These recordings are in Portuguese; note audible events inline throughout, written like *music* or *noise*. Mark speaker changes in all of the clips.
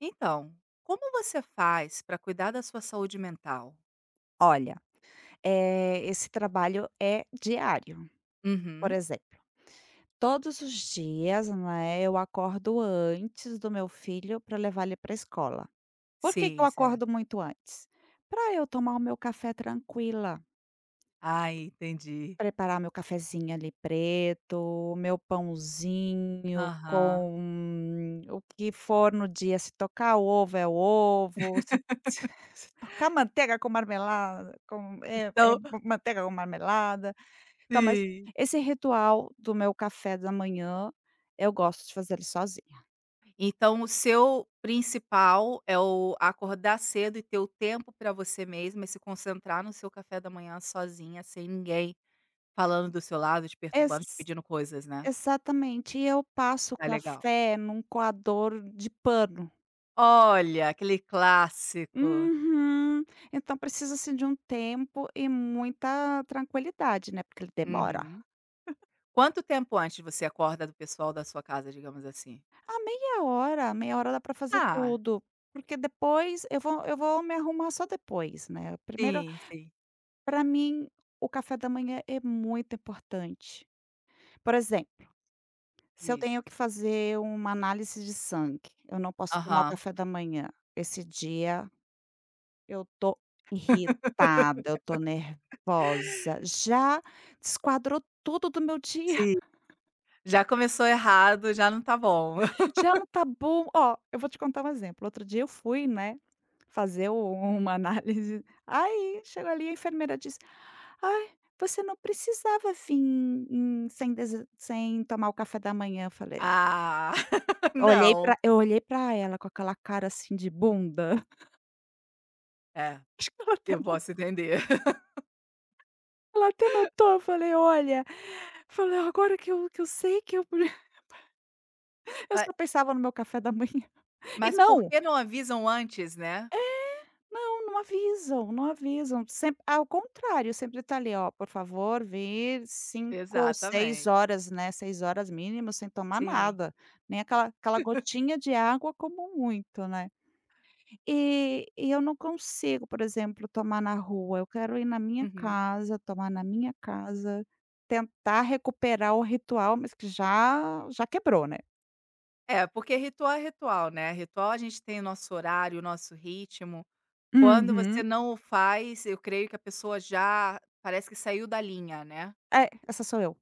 Speaker 1: Então, como você faz para cuidar da sua saúde mental?
Speaker 2: Olha, esse trabalho é diário. Por
Speaker 1: Uhum.
Speaker 2: exemplo, todos os dias, né, eu acordo antes do meu filho para levar ele para a escola. Por que que eu
Speaker 1: Sim, certo.
Speaker 2: acordo muito antes? Para eu tomar o meu café tranquila,
Speaker 1: Ah, entendi.
Speaker 2: preparar meu cafezinho ali preto, meu pãozinho
Speaker 1: Aham.
Speaker 2: com o que for no dia, se tocar ovo é ovo, se *laughs* se tocar manteiga com marmelada, com
Speaker 1: Então.
Speaker 2: manteiga com marmelada. Então, mas
Speaker 1: Sim.
Speaker 2: esse ritual do meu café da manhã, eu gosto de fazer ele sozinha.
Speaker 1: Então o seu principal é o acordar cedo e ter o tempo para você mesma e se concentrar no seu café da manhã sozinha, sem ninguém falando do seu lado, te perturbando, te
Speaker 2: Ex
Speaker 1: pedindo coisas, né.
Speaker 2: exatamente. E eu passo o
Speaker 1: Tá legal.
Speaker 2: café num coador de pano.
Speaker 1: Olha, aquele clássico.
Speaker 2: Uhum. Então precisa, assim, de um tempo e muita tranquilidade, né, porque ele demora.
Speaker 1: Uhum. Quanto tempo antes você acorda do pessoal da sua casa, digamos assim?
Speaker 2: A meia hora dá para fazer
Speaker 1: Ah.
Speaker 2: tudo, porque depois eu vou me arrumar só depois, né. Primeiro
Speaker 1: Sim, sim.
Speaker 2: para mim, o café da manhã é muito importante. Por exemplo, se eu tenho
Speaker 1: Diz.
Speaker 2: que fazer uma análise de sangue, eu não posso tomar o
Speaker 1: Aham.
Speaker 2: café da manhã. Esse dia eu tô irritada, eu tô nervosa, já desquadrou tudo do meu dia,
Speaker 1: Sim. Já começou errado, já não tá bom.
Speaker 2: *laughs* já não tá bom. Ó, eu vou te contar um exemplo, outro dia eu fui, né, fazer u uma *laughs* análise, aí chegou ali a enfermeira disse: "Ai, você não precisava vir em sem tomar o café da manhã", eu falei.
Speaker 1: Ah, *laughs*
Speaker 2: Olhei
Speaker 1: não.
Speaker 2: pra ela com aquela cara, assim, de bunda,
Speaker 1: É,
Speaker 2: *laughs* acho que
Speaker 1: eu posso entender. *laughs*
Speaker 2: ela até notou, eu falei: "Olha", falei: "Agora que eu sei que eu" *laughs* eu
Speaker 1: Ma
Speaker 2: só pensava no meu café da manhã. *laughs* E
Speaker 1: mas por
Speaker 2: não,
Speaker 1: que não avisam antes, né?
Speaker 2: não, não avisam, não avisam, sempre ao contrário, sempre tá ali, ó: "Por favor, vir cinco, seis
Speaker 1: Exatamente.
Speaker 2: horas, né. 6 horas mínimo sem tomar
Speaker 1: Sim.
Speaker 2: nada, nem aquela gotinha de água como muito", né. E eu não consigo, por exemplo, tomar na rua, eu quero ir na minha
Speaker 1: Uhum.
Speaker 2: casa, tomar na minha casa, tentar recuperar o ritual, mas que já quebrou, né.
Speaker 1: É, porque ritual é ritual, né, ritual a gente tem o nosso horário, o nosso ritmo. Quando você
Speaker 2: Uhum.
Speaker 1: não o faz, eu creio que a pessoa já parece que saiu da linha, né.
Speaker 2: É, essa sou eu.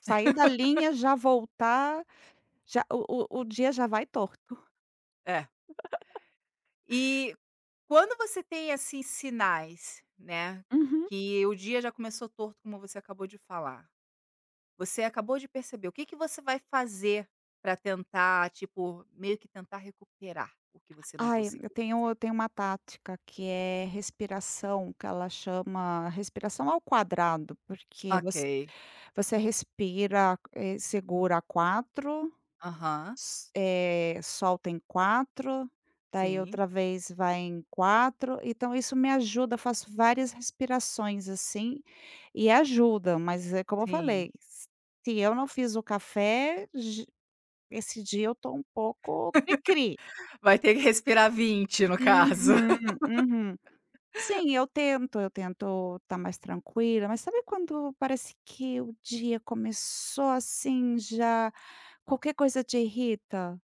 Speaker 2: Sair da linha, já voltar, já o dia já vai torto.
Speaker 1: É. E, quando você tem, assim, sinais, né,
Speaker 2: Uhum.
Speaker 1: que o dia já começou torto, como você acabou de falar, você acabou de perceber, o que que você vai fazer para tentar, tipo, meio que tentar recuperar o que você não
Speaker 2: Ai,
Speaker 1: conseguiu fazer?
Speaker 2: eu tenho uma tática que é respiração, que ela chama respiração ao quadrado, porque
Speaker 1: Ok.
Speaker 2: você respira, segura a 4.
Speaker 1: Aham.
Speaker 2: Solta em 4, daí
Speaker 1: Sim,
Speaker 2: outra vez vai em 4, então isso me ajuda, eu faço várias respirações, assim, e ajuda, mas é como eu
Speaker 1: sim.
Speaker 2: falei, se eu não fiz o café, j esse dia eu tô um pouco cri-cri.
Speaker 1: Vai ter que respirar 20, no caso.
Speaker 2: Uhum, uhum. Sim, eu tento estar mais tranquila, mas sabe quando parece que o dia começou, assim, já qualquer coisa te irrita?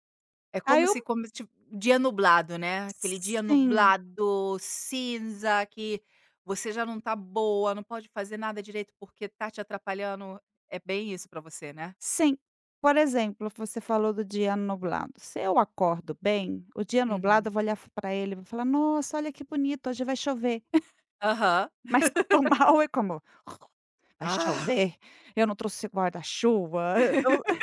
Speaker 1: É
Speaker 2: Aí
Speaker 1: como
Speaker 2: eu
Speaker 1: se como ti dia nublado, né, aquele dia
Speaker 2: sim.
Speaker 1: nublado, cinza, que você já não tá boa, não pode fazer nada direito porque tá te atrapalhando. É bem isso pra você, né?
Speaker 2: Sim. Por exemplo, você falou do dia nublado. Se eu acordo bem, o dia nublado eu
Speaker 1: Uhum.
Speaker 2: vou olhar para ele e vou falar: "Nossa, olha que bonito, hoje vai chover".
Speaker 1: Aham.
Speaker 2: *laughs* Mas se eu tô mal é como: "Vai
Speaker 1: "Ah,
Speaker 2: chover? Eu não trouxe guarda-chuva". *laughs* Eu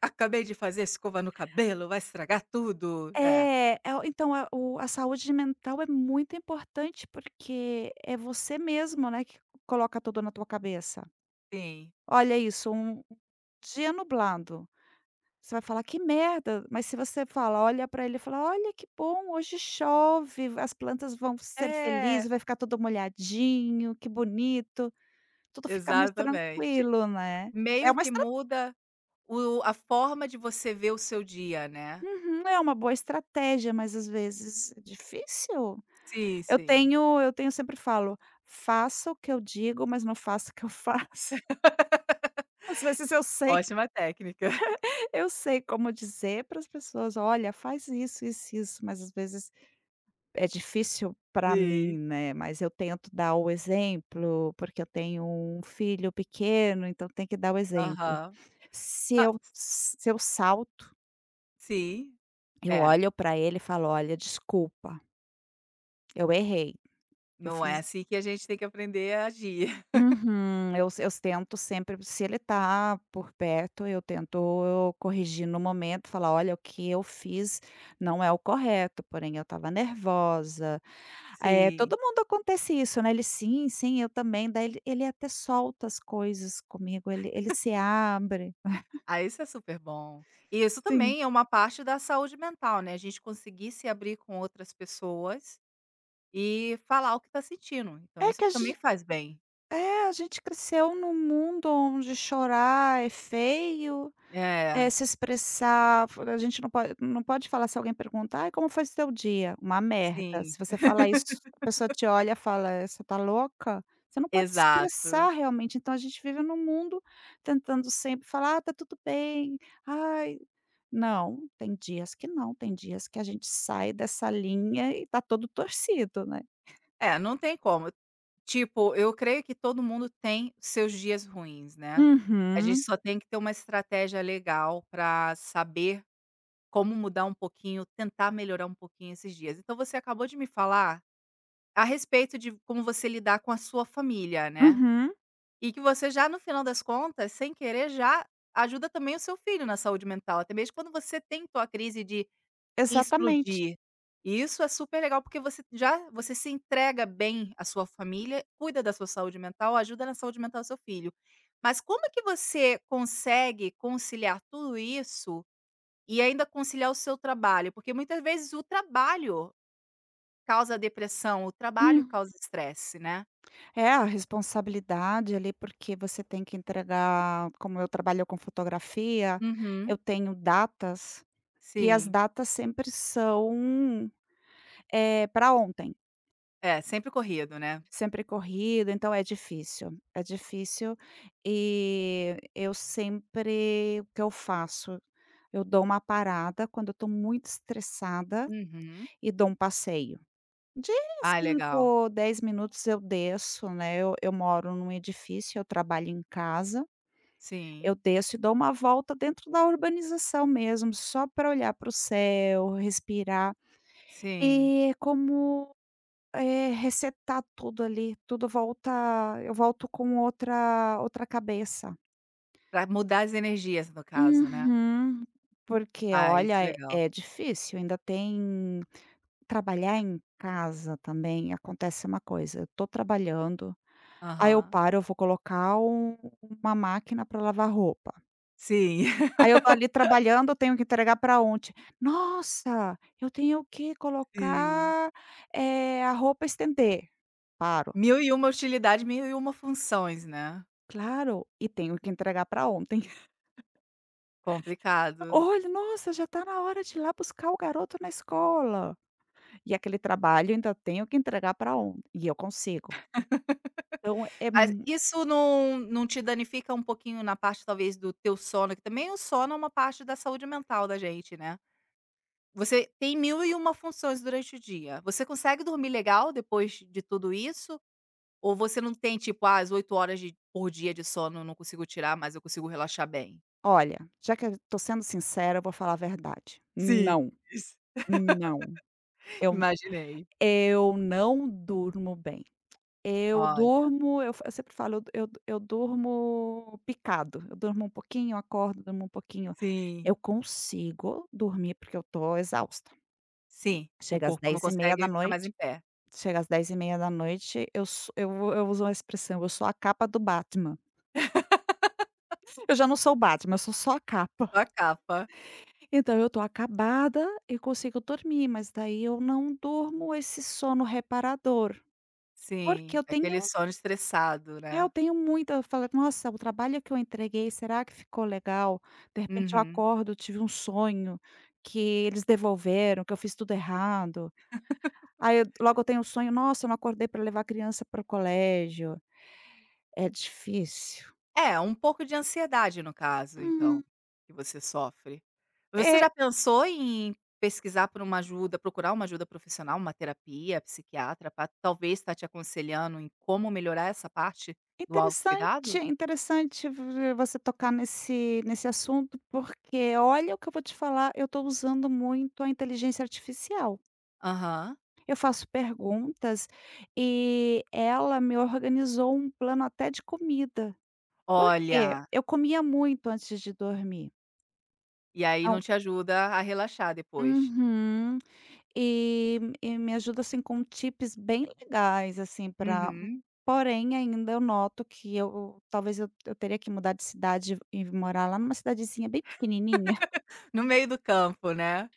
Speaker 1: acabei de fazer escova no cabelo, vai estragar tudo". É,
Speaker 2: É, é o então a o a saúde mental é muito importante, porque é você mesmo, né, que coloca tudo na tua cabeça.
Speaker 1: sim.
Speaker 2: Olha isso, um dia nublado. Você vai falar: "Que merda", mas se você fala olha para ele e fala: "Olha que bom, hoje chove, as plantas vão ser
Speaker 1: É,
Speaker 2: felizes, vai ficar tudo molhadinho, que bonito", tudo fica mais
Speaker 1: exatamente.
Speaker 2: tranquilo, né. É
Speaker 1: Meio
Speaker 2: uma
Speaker 1: que
Speaker 2: estra
Speaker 1: muda o a forma de você ver o seu dia, né?
Speaker 2: uhum, é uma boa estratégia, mas às vezes é difícil.
Speaker 1: Sim, sim.
Speaker 2: Eu tenho sempre falo: "Faça o que eu digo, mas não faça o que eu faço". *laughs* Às vezes
Speaker 1: Ótima técnica. *laughs*
Speaker 2: eu sei como dizer para as pessoas: "Olha, faz isso, isso, isso", mas às vezes é difícil para mim,
Speaker 1: Sim.
Speaker 2: né, mas eu tento dar o exemplo, porque eu tenho um filho pequeno, então tem que dar o exemplo.
Speaker 1: Aham. Ah.
Speaker 2: Se eu salto,
Speaker 1: Sim,
Speaker 2: eu
Speaker 1: é.
Speaker 2: olho para ele e falo: "Olha, desculpa, eu errei, eu
Speaker 1: Não é
Speaker 2: fiz.
Speaker 1: assim que a gente tem que aprender a agir. *laughs*
Speaker 2: Uhum, eu tento sempre se ele tá por perto, eu tento corrigir no momento, falar: "Olha, o que eu fiz não é o correto, porém eu estava nervosa". É
Speaker 1: Sim.
Speaker 2: todo mundo acontece isso, né, ele: "Sim, sim, eu também". Daí ele até solta as coisas comigo, ele se abre.
Speaker 1: Ah, isso é super bom. E isso
Speaker 2: Sim.
Speaker 1: também é uma parte da saúde mental, né, a gente conseguir se abrir com outras pessoas e falar o que tá sentindo, então
Speaker 2: É
Speaker 1: isso
Speaker 2: que a
Speaker 1: também
Speaker 2: gente
Speaker 1: faz bem.
Speaker 2: é, a gente cresceu num mundo onde chorar é feio.
Speaker 1: É,
Speaker 2: É, se expressar, fo a gente não pode falar, se alguém perguntar: "Ai, como foi seu dia?". Uma merda.
Speaker 1: sim,
Speaker 2: Se você falar isso, a pessoa te olha, e fala: "Você tá louca?". Você não pode se
Speaker 1: exato.
Speaker 2: expressar realmente, então a gente vive num mundo tentando sempre falar: "Ah, tá tudo bem, ai", não, tem dias que não, tem dias que a gente sai dessa linha e tá todo torcido, né.
Speaker 1: É, não tem como. Tipo, eu creio que todo mundo tem seus dias ruins, né. A gente
Speaker 2: Uhum,
Speaker 1: só tem que ter uma estratégia legal para saber como mudar um pouquinho, tentar melhorar um pouquinho esses dias. Então você acabou de me falar a respeito de como você lidar com a sua família, né.
Speaker 2: uhum,
Speaker 1: E que você já no final das contas, sem querer, já ajuda também o seu filho na saúde mental, até mesmo quando você tentou a crise de
Speaker 2: exatamente.
Speaker 1: explodir. E isso é super legal, porque você já você se entrega bem à sua família, cuida da sua saúde mental, ajuda na saúde mental do seu filho. Mas como é que você consegue conciliar tudo isso e ainda conciliar o seu trabalho, porque muitas vezes o trabalho causa depressão, o trabalho
Speaker 2: Uhum.
Speaker 1: causa estresse, né.
Speaker 2: É, a responsabilidade ali, porque você tem que entregar, como eu trabalho com fotografia,
Speaker 1: Uhum,
Speaker 2: eu tenho datas, e as
Speaker 1: sim.
Speaker 2: datas sempre são, para ontem,
Speaker 1: É, sempre corrido, né.
Speaker 2: sempre corrido, então é difícil, é difícil. E eu sempre o que eu faço? Eu dou uma parada quando eu estou muito estressada
Speaker 1: Uhum.
Speaker 2: e dou um passeio. De
Speaker 1: Ah, legal.
Speaker 2: 5, 10 minutos eu desço, né, eu moro num edifício, eu trabalho em casa. Eu
Speaker 1: Sim,
Speaker 2: desço e dou uma volta dentro da urbanização mesmo, só para olhar para o céu, respirar,
Speaker 1: sim.
Speaker 2: e é como, resetar tudo ali, tudo volta, eu volto com outra cabeça.
Speaker 1: Pra mudar as energias, no caso, né.
Speaker 2: Uhum. Porque
Speaker 1: Ah, isso é
Speaker 2: olha, é
Speaker 1: legal.
Speaker 2: é difícil, ainda tem. Trabalhar em casa também acontece uma coisa, eu estou trabalhando, aí eu
Speaker 1: Aham.
Speaker 2: paro, eu vou colocar uma máquina para lavar roupa.
Speaker 1: Sim, *laughs*
Speaker 2: Aí eu tô ali trabalhando, eu tenho que entregar para ontem. "Nossa, eu tenho que
Speaker 1: sim.
Speaker 2: colocar, a roupa estender". Paro.
Speaker 1: 1.001 utilidade, 1001 funções, né.
Speaker 2: "Claro, e tenho que entregar para ontem". *laughs*
Speaker 1: Complicado.
Speaker 2: "Olha, nossa, já tá na hora de ir lá buscar o garoto na escola". E aquele trabalho eu ainda tenho que entregar para ontem, e eu consigo. Então é
Speaker 1: Mas
Speaker 2: mu
Speaker 1: isso não te danifica um pouquinho na parte, talvez, do teu sono, que também o sono é uma parte da saúde mental da gente, né. Você tem 1001 funções durante o dia. Você consegue dormir legal depois de tudo isso? Ou você não tem, tipo: "Ah, as 8 horas de por dia de sono eu não consigo tirar, mas eu consigo relaxar bem"?
Speaker 2: olha, já que eu tô sendo sincera, eu vou falar a verdade.
Speaker 1: Sim,
Speaker 2: Não, não,
Speaker 1: *laughs*
Speaker 2: eu
Speaker 1: imaginei.
Speaker 2: eu não durmo bem. Eu
Speaker 1: Olha.
Speaker 2: durmo, eu sempre falo, eu durmo picado, eu durmo um pouquinho, acordo, durmo um pouquinho.
Speaker 1: Sim,
Speaker 2: Eu consigo dormir porque eu tô exausta.
Speaker 1: sim. O
Speaker 2: Chega às
Speaker 1: corpo não
Speaker 2: dez e meia da
Speaker 1: consegue ficar mais em
Speaker 2: noite,
Speaker 1: pé.
Speaker 2: chega às 22h30, eu vou, eu uso uma expressão, eu sou a capa do Batman. Eu já não sou o Batman, eu sou só a capa.
Speaker 1: Só
Speaker 2: *laughs*
Speaker 1: a capa.
Speaker 2: Então eu tô acabada e consigo dormir, mas daí eu não durmo esse sono reparador, porque
Speaker 1: Sim,
Speaker 2: eu
Speaker 1: aquele
Speaker 2: tenho.
Speaker 1: sono estressado,
Speaker 2: É,
Speaker 1: né.
Speaker 2: eu tenho muita, eu falo: "Nossa, o trabalho que eu entreguei, será que ficou legal?". De repente eu
Speaker 1: Uhum.
Speaker 2: acordo, tive um sonho que eles devolveram, que eu fiz tudo errado. Aí eu logo eu tenho um sonho: "Nossa, eu não acordei para levar a criança para o colégio". É difícil.
Speaker 1: É, um pouco de ansiedade no caso, então,
Speaker 2: Hum,
Speaker 1: que você sofre. Você
Speaker 2: é
Speaker 1: já pensou em pesquisar por uma ajuda, procurar uma ajuda profissional, uma terapia, psiquiatra, para talvez estar te aconselhando em como melhorar essa parte do autocuidado?
Speaker 2: é interessante v você tocar nesse assunto, porque olha o que eu vou te falar, eu estou usando muito a inteligência artificial.
Speaker 1: Aham.
Speaker 2: Eu faço perguntas e ela me organizou um plano até de comida. Por quê?
Speaker 1: Olha,
Speaker 2: Eu comia muito antes de dormir.
Speaker 1: e aí não
Speaker 2: Então
Speaker 1: te ajuda a relaxar depois.
Speaker 2: uhum. E me ajuda, assim, com tips bem legais, assim, para.
Speaker 1: Uhum.
Speaker 2: Porém ainda eu noto que eu talvez eu teria que mudar de cidade e morar lá numa cidadezinha bem pequenininha.
Speaker 1: No meio do campo, né.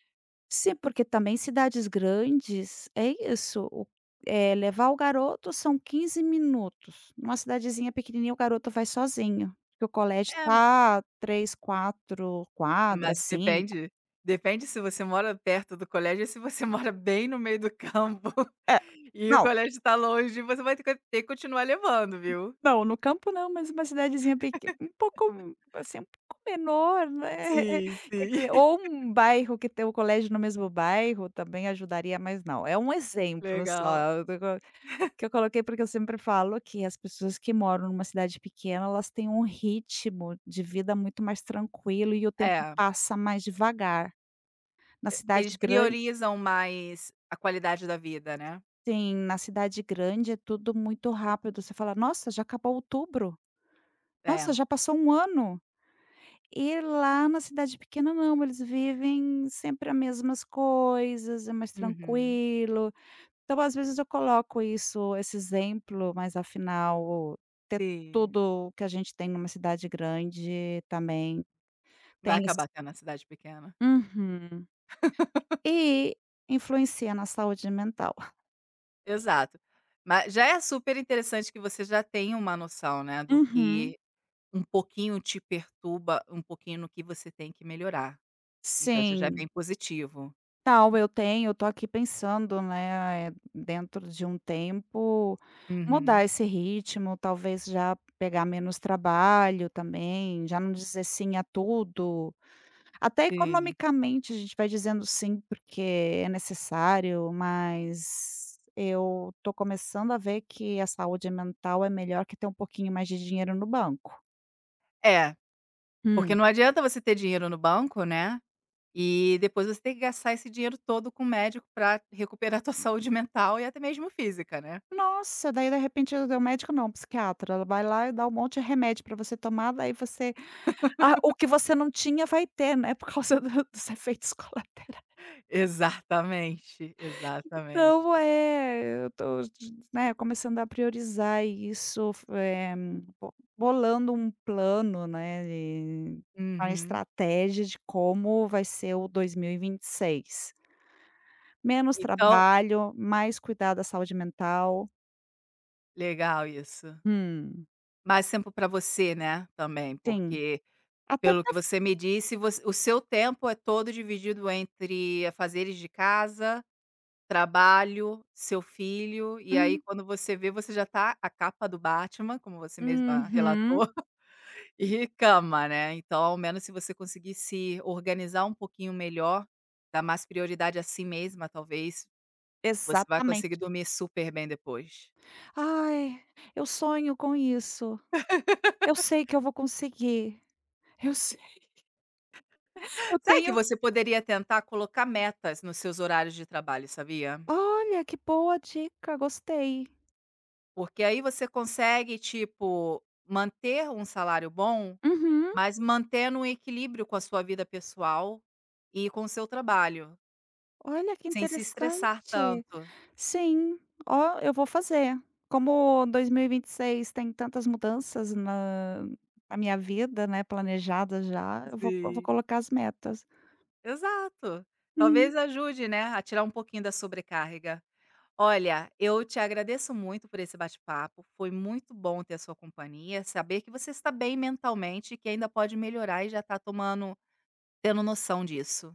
Speaker 2: Sim, porque também cidades grandes é isso, levar o garoto são 15 minutos. Numa cidadezinha pequenininha, o garoto vai sozinho, porque o colégio
Speaker 1: É.
Speaker 2: tá 3, 4
Speaker 1: Mas
Speaker 2: quadras, 5.
Speaker 1: depende se você mora perto do colégio ou se você *laughs* mora bem no meio do campo, *laughs*
Speaker 2: É,
Speaker 1: e o
Speaker 2: não,
Speaker 1: colégio está longe, você vai ter que continuar levando, viu.
Speaker 2: não, no campo não, mas uma cidadezinha peque um pouco, assim, um pouco menor, né,
Speaker 1: Sim,
Speaker 2: *laughs* que a
Speaker 1: sim.
Speaker 2: cri ou
Speaker 1: *laughs*
Speaker 2: um bairro que tem o colégio no mesmo bairro também ajudaria, mas não, é um exemplo
Speaker 1: Legal.
Speaker 2: só. Que eu coloquei, porque eu sempre falo que as pessoas que moram numa cidade pequena, elas têm um ritmo de vida muito mais tranquilo e o tempo
Speaker 1: É,
Speaker 2: passa mais devagar. Na cidade
Speaker 1: eles
Speaker 2: grande
Speaker 1: priorizam mais a qualidade da vida, né.
Speaker 2: sim, na cidade grande é tudo muito rápido, você fala: "Nossa, já acabou outubro.
Speaker 1: É.
Speaker 2: Nossa, já passou um ano". E lá na cidade pequena não, eles vivem sempre as mesmas coisas, é mais
Speaker 1: Uhum.
Speaker 2: tranquilo. Então, às vezes eu coloco esse exemplo, mas afinal ter
Speaker 1: Sim.
Speaker 2: tudo que a gente tem numa cidade grande também
Speaker 1: Vai
Speaker 2: tem isso.
Speaker 1: acabar tendo na cidade pequena.
Speaker 2: Uhum. E influencia na saúde mental.
Speaker 1: Exato. Mas já é super interessante que você já tenha uma noção, né, do
Speaker 2: Uhum.
Speaker 1: que um pouquinho te perturba, um pouquinho no que você tem que melhorar. Então isso já é
Speaker 2: Sim.
Speaker 1: bem positivo.
Speaker 2: Não, eu tenho, eu tô aqui pensando, né, dentro de um tempo,
Speaker 1: Uhum,
Speaker 2: mudar esse ritmo, talvez já pegar menos trabalho também, já não dizer sim a tudo. Até
Speaker 1: sim.
Speaker 2: economicamente a gente vai dizendo sim, porque é necessário, mas eu tô começando a ver que a saúde mental é melhor que ter um pouquinho mais de dinheiro no banco.
Speaker 1: É, porque
Speaker 2: Hum.
Speaker 1: não adianta você ter dinheiro no banco, né, e depois você tem que gastar esse dinheiro todo com o médico para recuperar a tua *laughs* saúde mental e até mesmo física, né.
Speaker 2: Nossa, daí de repente o médico não, o psiquiatra, ela vai lá e dá um monte de remédio pra você tomar, daí você ah, o que você não tinha vai ter, né, por causa *laughs* do dos efeitos colaterais.
Speaker 1: Exatamente,
Speaker 2: Então,
Speaker 1: exatamente.
Speaker 2: é, eu tô, né, começando a priorizar isso, f eh, bo bolando um plano, né, de uma
Speaker 1: Uhum.
Speaker 2: estratégia de como vai ser o 2026. Menos
Speaker 1: Então
Speaker 2: trabalho, mais cuidar da saúde mental.
Speaker 1: legal isso.
Speaker 2: Hum.
Speaker 1: Mais tempo para você, né, também,
Speaker 2: Sim,
Speaker 1: porque
Speaker 2: até
Speaker 1: pelo
Speaker 2: pra
Speaker 1: que você me disse, você o seu tempo é todo dividido entre fazeres de casa, trabalho, seu filho, e aí
Speaker 2: hum,
Speaker 1: quando você vê, você já tá a capa do Batman, como você mesma
Speaker 2: uhum,
Speaker 1: relatou, *laughs* e cama, né. Então, ao menos se você conseguir se organizar um pouquinho melhor, dar mais prioridade a si mesma, talvez, você vai conseguir
Speaker 2: exatamente.
Speaker 1: dormir super bem depois.
Speaker 2: "Ai, eu sonho com isso, eu sei que eu vou conseguir, eu sei *laughs* eu
Speaker 1: Sabe que
Speaker 2: tenho.
Speaker 1: você poderia tentar colocar metas nos seus horários de trabalho, sabia?
Speaker 2: Olha, que boa dica, gostei.
Speaker 1: Porque aí você consegue, tipo, manter um salário bom,
Speaker 2: Uhum.
Speaker 1: mas mantendo um equilíbrio com a sua vida pessoal e com o seu trabalho,
Speaker 2: Olha que
Speaker 1: sem se estressar
Speaker 2: interessante.
Speaker 1: tanto.
Speaker 2: Sim, ó, eu vou fazer. Como 2026 tem tantas mudanças na minha vida, né, planejadas já, eu vou
Speaker 1: Sim.
Speaker 2: colocar as metas.
Speaker 1: Exato.
Speaker 2: Uhum.
Speaker 1: Talvez ajude, né, a tirar um pouquinho da sobrecarga. Olha, eu te agradeço muito por esse bate-papo, foi muito bom ter a sua companhia, saber que você está bem mentalmente e que ainda pode melhorar e já está tomando tendo noção disso.